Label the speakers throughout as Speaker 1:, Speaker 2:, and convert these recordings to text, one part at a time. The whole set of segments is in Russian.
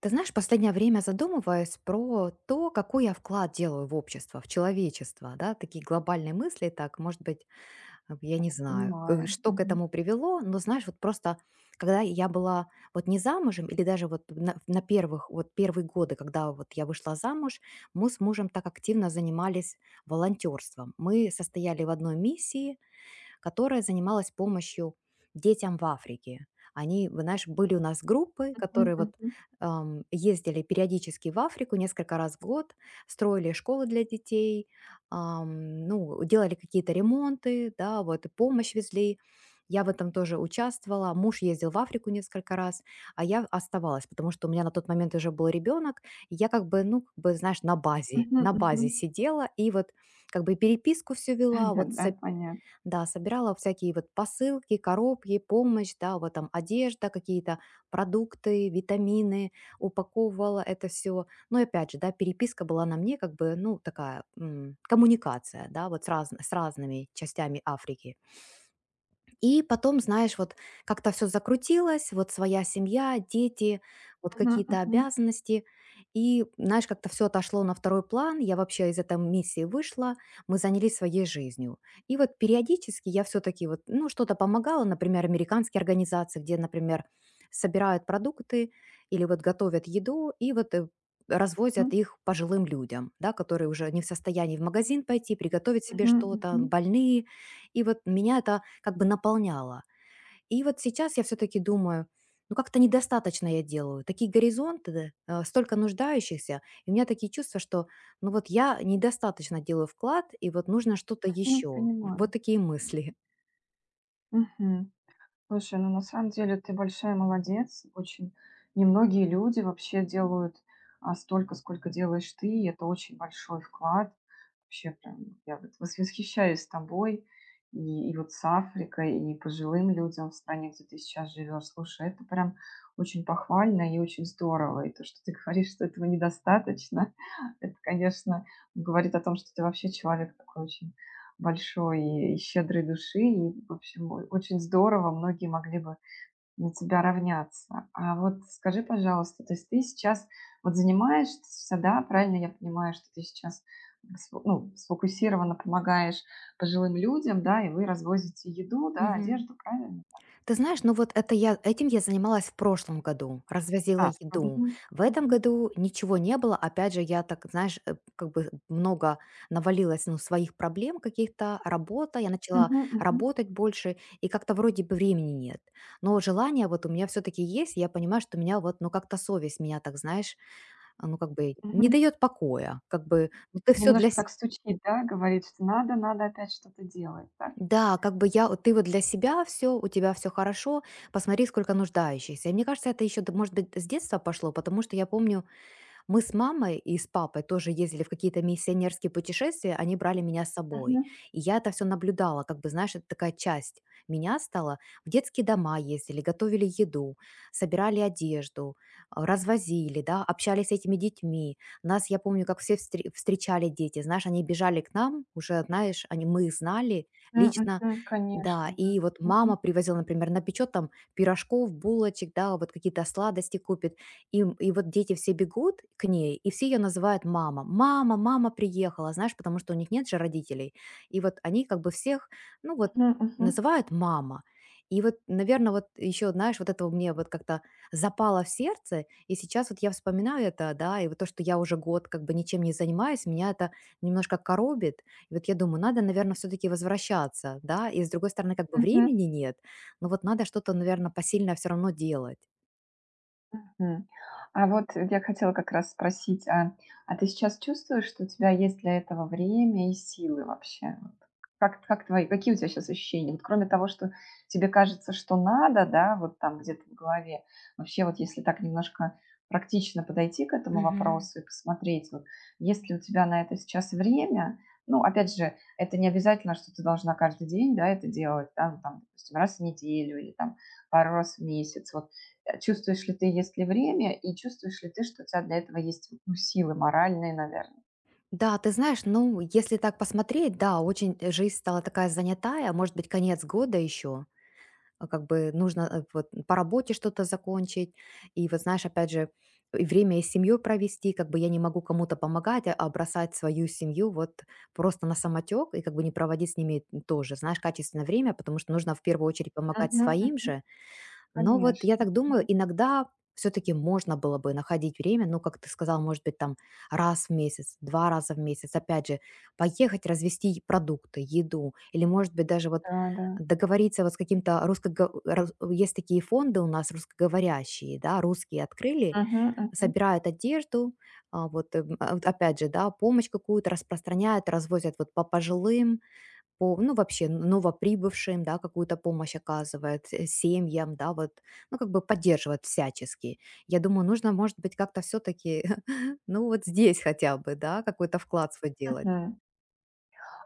Speaker 1: Ты знаешь, последнее время задумываюсь про то, какой я вклад делаю в общество, в человечество, да, такие глобальные мысли, так, может быть, я не знаю,
Speaker 2: Понимаю.
Speaker 1: что к
Speaker 2: Мгм.
Speaker 1: этому привело, но знаешь, вот просто, когда я была вот не замужем, или даже вот на первых, вот первые годы, когда вот я вышла замуж, мы с мужем так активно занимались волонтерством. Мы состояли в одной миссии, которая занималась помощью детям в Африке. Они, вы знаешь, были у нас группы,
Speaker 2: Мгм,
Speaker 1: которые вот
Speaker 2: мгм.
Speaker 1: ездили периодически в Африку несколько раз в год, строили школы для детей, ну, делали какие-то ремонты, да, вот, и помощь везли. Я в этом тоже участвовала. Муж ездил в Африку несколько раз, а я оставалась, потому что у меня на тот момент уже был ребенок. И я как бы, ну, как бы, знаешь, на базе,
Speaker 2: Мгм,
Speaker 1: на
Speaker 2: мгм.
Speaker 1: базе сидела и вот как бы переписку все вела, вот
Speaker 2: Да-да, понятно.
Speaker 1: да, собирала всякие вот посылки, коробки, помощь, да, вот там одежда, какие-то продукты, витамины, упаковывала это все. Но и опять же, да, переписка была на мне как бы, ну, такая коммуникация, да, вот с разными частями Африки. И потом, знаешь, вот как-то все закрутилось, вот своя семья, дети, вот
Speaker 2: Мгм,
Speaker 1: какие-то
Speaker 2: мгм,
Speaker 1: обязанности. И, знаешь, как-то все отошло на второй план. Я вообще из этой миссии вышла, мы занялись своей жизнью. И вот периодически я все таки вот, ну, что-то помогала, например, американские организации, где, например, собирают продукты или вот готовят еду и развозят
Speaker 2: мгм.
Speaker 1: их пожилым людям, да, которые уже не в состоянии в магазин пойти, приготовить себе
Speaker 2: Мгм,
Speaker 1: что-то,
Speaker 2: мгм.
Speaker 1: больные, и вот меня это как бы наполняло. И вот сейчас я все-таки думаю, ну как-то недостаточно я делаю. Такие горизонты, столько нуждающихся, и у меня такие чувства, что ну вот я недостаточно делаю вклад, и вот нужно что-то
Speaker 2: М,
Speaker 1: еще. Вот
Speaker 2: понимаю.
Speaker 1: такие мысли.
Speaker 2: Мгм. Слушай, ну на самом деле ты большая молодец. Очень немногие люди вообще делают столько, сколько делаешь ты, и это очень большой вклад. Вообще прям я вот восхищаюсь тобой и вот с Африкой, и пожилым людям в стране, где ты сейчас живешь. Слушай, это прям очень похвально и очень здорово. И то, что ты говоришь, что этого недостаточно, это, конечно, говорит о том, что ты вообще человек такой очень большой и щедрой души. И, в общем, очень здорово, многие могли бы на тебя равняться. А вот скажи, пожалуйста, то есть ты сейчас вот занимаешься, да, правильно я понимаю, что ты сейчас ну, сфокусированно помогаешь пожилым людям, да, и вы развозите еду, да,
Speaker 1: Мгм.
Speaker 2: одежду, правильно?
Speaker 1: Ты знаешь, ну вот этим я занималась в прошлом году, развозила
Speaker 2: А,
Speaker 1: еду.
Speaker 2: мгм,
Speaker 1: В этом
Speaker 2: мгм,
Speaker 1: году ничего не было. Опять же, я так, знаешь, как бы много навалилось, ну, своих проблем каких-то, работа, я начала
Speaker 2: мгм, мгм,
Speaker 1: работать больше, и как-то вроде бы времени нет. Но желание вот у меня все-таки есть, и я понимаю, что меня вот, ну как-то совесть меня так, знаешь, ну как бы не
Speaker 2: мгм.
Speaker 1: дает покоя. Как бы, ну ты все для,
Speaker 2: Немножко так стучит, да, говорит, что надо, надо опять что-то делать, да?
Speaker 1: да, как бы я, вот ты вот для себя все, у тебя все хорошо, посмотри, сколько нуждающихся. И мне кажется, это еще, может быть, с детства пошло, потому что я помню, мы с мамой и с папой тоже ездили в какие-то миссионерские путешествия, они брали меня с собой.
Speaker 2: Мгм,
Speaker 1: И я это все наблюдала, как бы, знаешь, это такая часть меня стала. В детские дома ездили, готовили еду, собирали одежду, развозили, да, общались с этими детьми. Нас, я помню, как все встречали дети, знаешь, они бежали к нам, уже, знаешь, они, мы их знали
Speaker 2: м,
Speaker 1: лично,
Speaker 2: мгм,
Speaker 1: да,
Speaker 2: конечно, да.
Speaker 1: и вот мама
Speaker 2: Мгм,
Speaker 1: привозила, например, напечет там пирожков, булочек, да, вот какие-то сладости купит, и, и вот дети все бегут к ней, и все ее называют мама. Мама, мама приехала, знаешь, потому что у них нет же родителей. И вот они как бы всех, ну вот,
Speaker 2: мгм, мгм.
Speaker 1: называют мама. И вот, наверное, вот еще, знаешь, вот этого мне вот как-то запало в сердце, и сейчас вот я вспоминаю это, да, и вот то, что я уже год как бы ничем не занимаюсь, меня это немножко коробит, и вот я думаю, надо, наверное, все-таки возвращаться, да, и с другой стороны, как бы
Speaker 2: Мгм,
Speaker 1: времени нет, но вот надо что-то, наверное, посильное все равно делать.
Speaker 2: мгм. А вот я хотела как раз спросить, а ты сейчас чувствуешь, что у тебя есть для этого время и силы вообще? Вот какие у тебя сейчас ощущения? Вот кроме того, что тебе кажется, что надо, да, вот там где-то в голове, вообще вот если так немножко практично подойти к этому
Speaker 1: Мгм.
Speaker 2: вопросу и посмотреть, вот есть ли у тебя на это сейчас время, ну, опять же, это не обязательно, что ты должна каждый день, да, это делать, да, ну, там, допустим, раз в неделю или там пару раз в месяц, вот чувствуешь ли ты, есть ли время, и чувствуешь ли ты, что у тебя для этого есть ну, силы моральные, наверное.
Speaker 1: Да, ты знаешь, ну, если так посмотреть, да, очень жизнь стала такая занятая, а может быть, конец года еще, а как бы нужно, вот по работе что-то закончить, и вот знаешь, опять же, и время и с семьей провести, как бы я не могу кому-то помогать, а бросать свою семью вот просто на самотек и как бы не проводить с ними тоже, знаешь, качественное время, потому что нужно в первую очередь помогать
Speaker 2: Мгм,
Speaker 1: своим
Speaker 2: мгм.
Speaker 1: же, но вот я
Speaker 2: Конечно.
Speaker 1: так думаю,
Speaker 2: Мгм.
Speaker 1: иногда все-таки можно было бы находить время, ну, как ты сказал, может быть, там раз в месяц, два раза в месяц, опять же, поехать развести продукты, еду, или, может быть, даже вот
Speaker 2: Да, да.
Speaker 1: договориться вот с каким-то русско... Есть такие фонды у нас русскоговорящие, да, русские открыли,
Speaker 2: Мгм, мгм,
Speaker 1: собирают одежду, вот опять же, да, помощь какую-то распространяют, развозят вот по пожилым, по, ну, вообще новоприбывшим, да, какую-то помощь оказывает, семьям, да, вот, ну, как бы поддерживает всячески. Я думаю, нужно, может быть, как-то все-таки, ну, вот здесь хотя бы, да, какой-то вклад свой делать.
Speaker 2: мгм.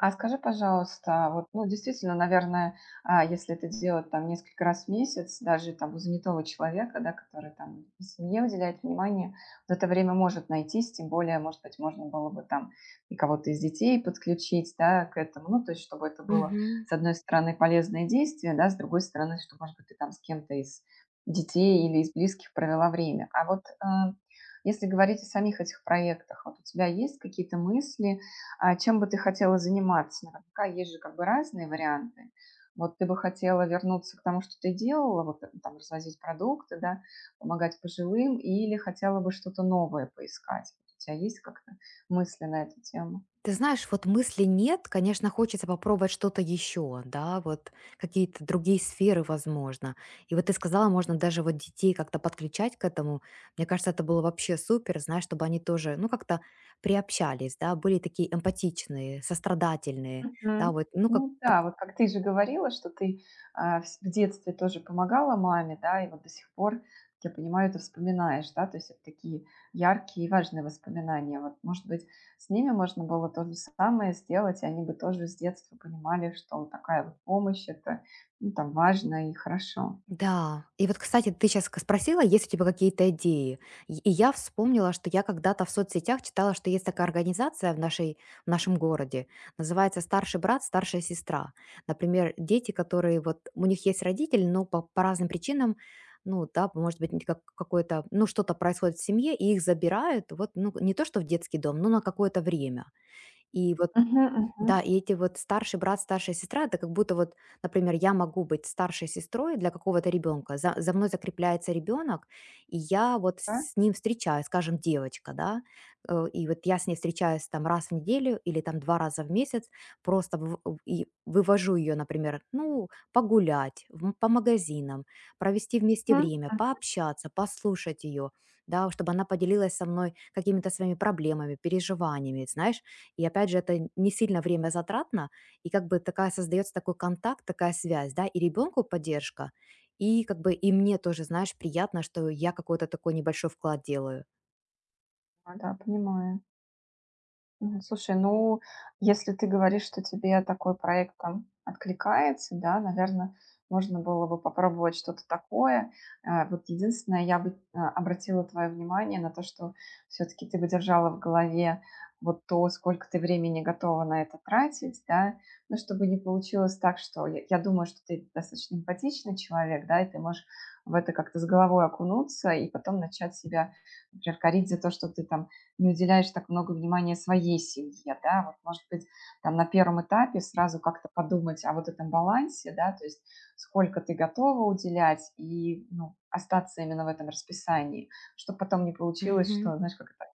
Speaker 2: А скажи, пожалуйста, вот, ну, действительно, наверное, если это делать там несколько раз в месяц, даже там у занятого человека, да, который там и семье уделяет внимание, вот это время может найтись, тем более, может быть, можно было бы там и кого-то из детей подключить, да, к этому, ну, то есть, чтобы это было,
Speaker 1: Мгм.
Speaker 2: с одной стороны, полезное действие, да, с другой стороны, что, может быть, ты там с кем-то из детей или из близких провела время. А вот если говорить о самих этих проектах, вот у тебя есть какие-то мысли, а чем бы ты хотела заниматься? Наверняка есть же как бы разные варианты. Вот ты бы хотела вернуться к тому, что ты делала, вот там развозить продукты, да, помогать пожилым, или хотела бы что-то новое поискать? Вот у тебя есть как-то мысли на эту тему?
Speaker 1: Ты знаешь, вот мысли нет, конечно, хочется попробовать что-то еще, да, вот какие-то другие сферы, возможно. И вот ты сказала, можно даже вот детей как-то подключать к этому. Мне кажется, это было вообще супер, знаешь, чтобы они тоже, ну, как-то приобщались, да, были такие эмпатичные, сострадательные, да,
Speaker 2: Мгм.
Speaker 1: вот, ну, как
Speaker 2: Ну да,
Speaker 1: так.
Speaker 2: вот как ты же говорила, что ты, в детстве тоже помогала маме, да, и вот до сих пор, как я понимаю, ты вспоминаешь, да, то есть это такие яркие и важные воспоминания. Вот, может быть, с ними можно было то же самое сделать, и они бы тоже с детства понимали, что такая вот помощь- это, ну, там важно и хорошо.
Speaker 1: Да. И вот, кстати, ты сейчас спросила, есть у тебя какие-то идеи. И я вспомнила, что я когда-то в соцсетях читала, что есть такая организация в, нашей, в нашем городе. Называется «Старший брат, старшая сестра». Например, дети, которые вот... У них есть родители, но по разным причинам, ну, да, может быть, как, какое-то, ну, что-то происходит в семье, и их забирают, вот, ну, не то, что в детский дом, но на какое-то время. И вот
Speaker 2: Мгм, мгм.
Speaker 1: да, и эти вот старший брат, старшая сестра, это как будто вот, например, я могу быть старшей сестрой для какого-то ребенка. За мной закрепляется ребенок, и я вот
Speaker 2: Да?
Speaker 1: с ним встречаюсь, скажем, девочка, да, и вот я с ней встречаюсь там раз в неделю или там два раза в месяц, просто и вывожу ее, например, ну, погулять, по магазинам, провести вместе
Speaker 2: Мгм.
Speaker 1: время,
Speaker 2: Ага,
Speaker 1: пообщаться, послушать ее, да, чтобы она поделилась со мной какими-то своими проблемами, переживаниями, знаешь, и опять же, это не сильно время затратно, и как бы такая создается такой контакт, такая связь, да, и ребенку поддержка, и как бы и мне тоже, знаешь, приятно, что я какой-то такой небольшой вклад делаю.
Speaker 2: да, понимаю. Мгм. Слушай, ну, если ты говоришь, что тебе такой проект там откликается, да, наверное, можно было бы попробовать что-то такое. Вот единственное, я бы обратила твое внимание на то, что все-таки ты бы держала в голове вот то, сколько ты времени готова на это тратить, да. Ну, чтобы не получилось так, что я думаю, что ты достаточно эмпатичный человек, да, и ты можешь в это как-то с головой окунуться и потом начать себя, например, корить за то, что ты там не уделяешь так много внимания своей семье, да, вот, может быть, там на первом этапе сразу как-то подумать о вот этом балансе, да, то есть сколько ты готова уделять и, ну, остаться именно в этом расписании, чтобы потом не получилось,
Speaker 1: Мгм.
Speaker 2: что, знаешь, как это,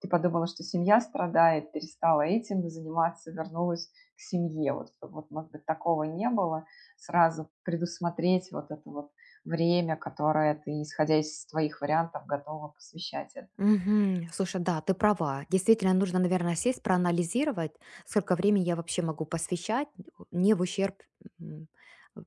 Speaker 2: ты подумала, что семья страдает, перестала этим заниматься, вернулась к семье, вот, чтобы вот, может быть, такого не было, сразу предусмотреть вот это вот время, которое ты, исходя из твоих вариантов, готова посвящать этому.
Speaker 1: Мгм. Слушай, да, ты права. Действительно, нужно, наверное, сесть, проанализировать, сколько времени я вообще могу посвящать, не в ущерб м,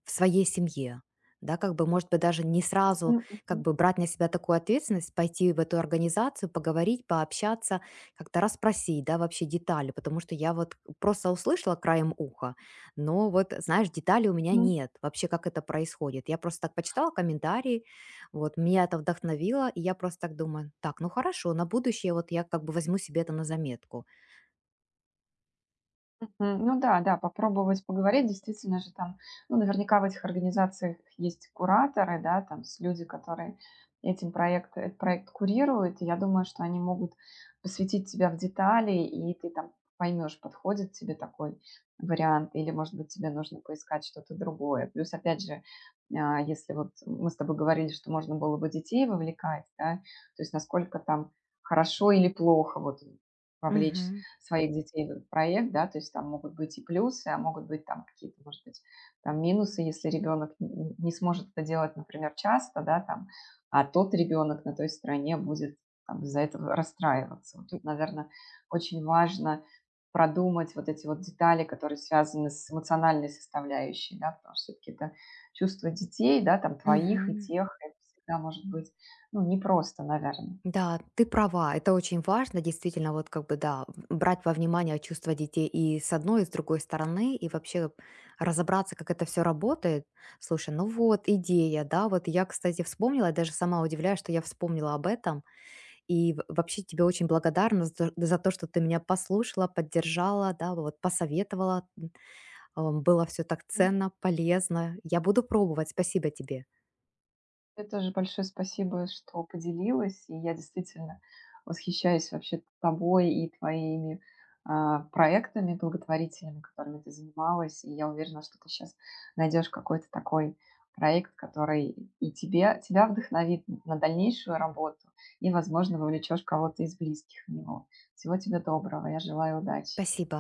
Speaker 1: в своей семье. Да, как бы, может быть, даже не сразу
Speaker 2: Мгм,
Speaker 1: как бы брать на себя такую ответственность, пойти в эту организацию, поговорить, пообщаться, как-то расспросить, да, вообще детали, потому что я вот просто услышала краем уха, но вот, знаешь, деталей у меня
Speaker 2: мгм.
Speaker 1: нет вообще, как это происходит. Я просто так почитала комментарии, вот, меня это вдохновило, и я просто так думаю: «Так, ну хорошо, на будущее вот я как бы возьму себе это на заметку».
Speaker 2: Мгм. Ну да, да, попробовать поговорить. Действительно же там, ну, наверняка в этих организациях есть кураторы, да, там с люди, которые этот проект курируют. И я думаю, что они могут посвятить тебя в детали, и ты там поймешь, подходит тебе такой вариант, или, может быть, тебе нужно поискать что-то другое. Плюс, опять же, если вот мы с тобой говорили, что можно было бы детей вовлекать, да, то есть насколько там хорошо или плохо вот вовлечь
Speaker 1: Мгм.
Speaker 2: своих детей в этот проект, да, то есть там могут быть и плюсы, а могут быть там какие-то, может быть, там минусы, если ребенок не сможет это делать, например, часто, да, там, а тот ребенок на той стороне будет там, из-за этого расстраиваться. Вот
Speaker 1: М.
Speaker 2: тут, наверное, очень важно продумать вот эти вот детали, которые связаны с эмоциональной составляющей, да, потому что все-таки это чувство детей, да, там твоих и
Speaker 1: Мгм.
Speaker 2: тех, это всегда может быть, ну, непросто, наверное.
Speaker 1: Да, ты права, это очень важно, действительно, вот как бы, да, брать во внимание чувства детей и с одной, и с другой стороны, и вообще разобраться, как это все работает. Слушай, ну вот идея, да, вот я, кстати, вспомнила, я даже сама удивляюсь, что я вспомнила об этом, и в вообще тебе очень благодарна за то, что ты меня послушала, поддержала, да, вот посоветовала. Было все так ценно, полезно. Я буду пробовать. Спасибо тебе.
Speaker 2: Тебе тоже большое спасибо, что поделилась. И я действительно восхищаюсь вообще тобой и твоими проектами благотворительными, которыми ты занималась. И я уверена, что ты сейчас найдешь какой-то такой проект, который и тебя вдохновит на дальнейшую работу, и, возможно, вовлечешь кого-то из близких в него. Всего тебе доброго, я желаю удачи.
Speaker 1: Спасибо.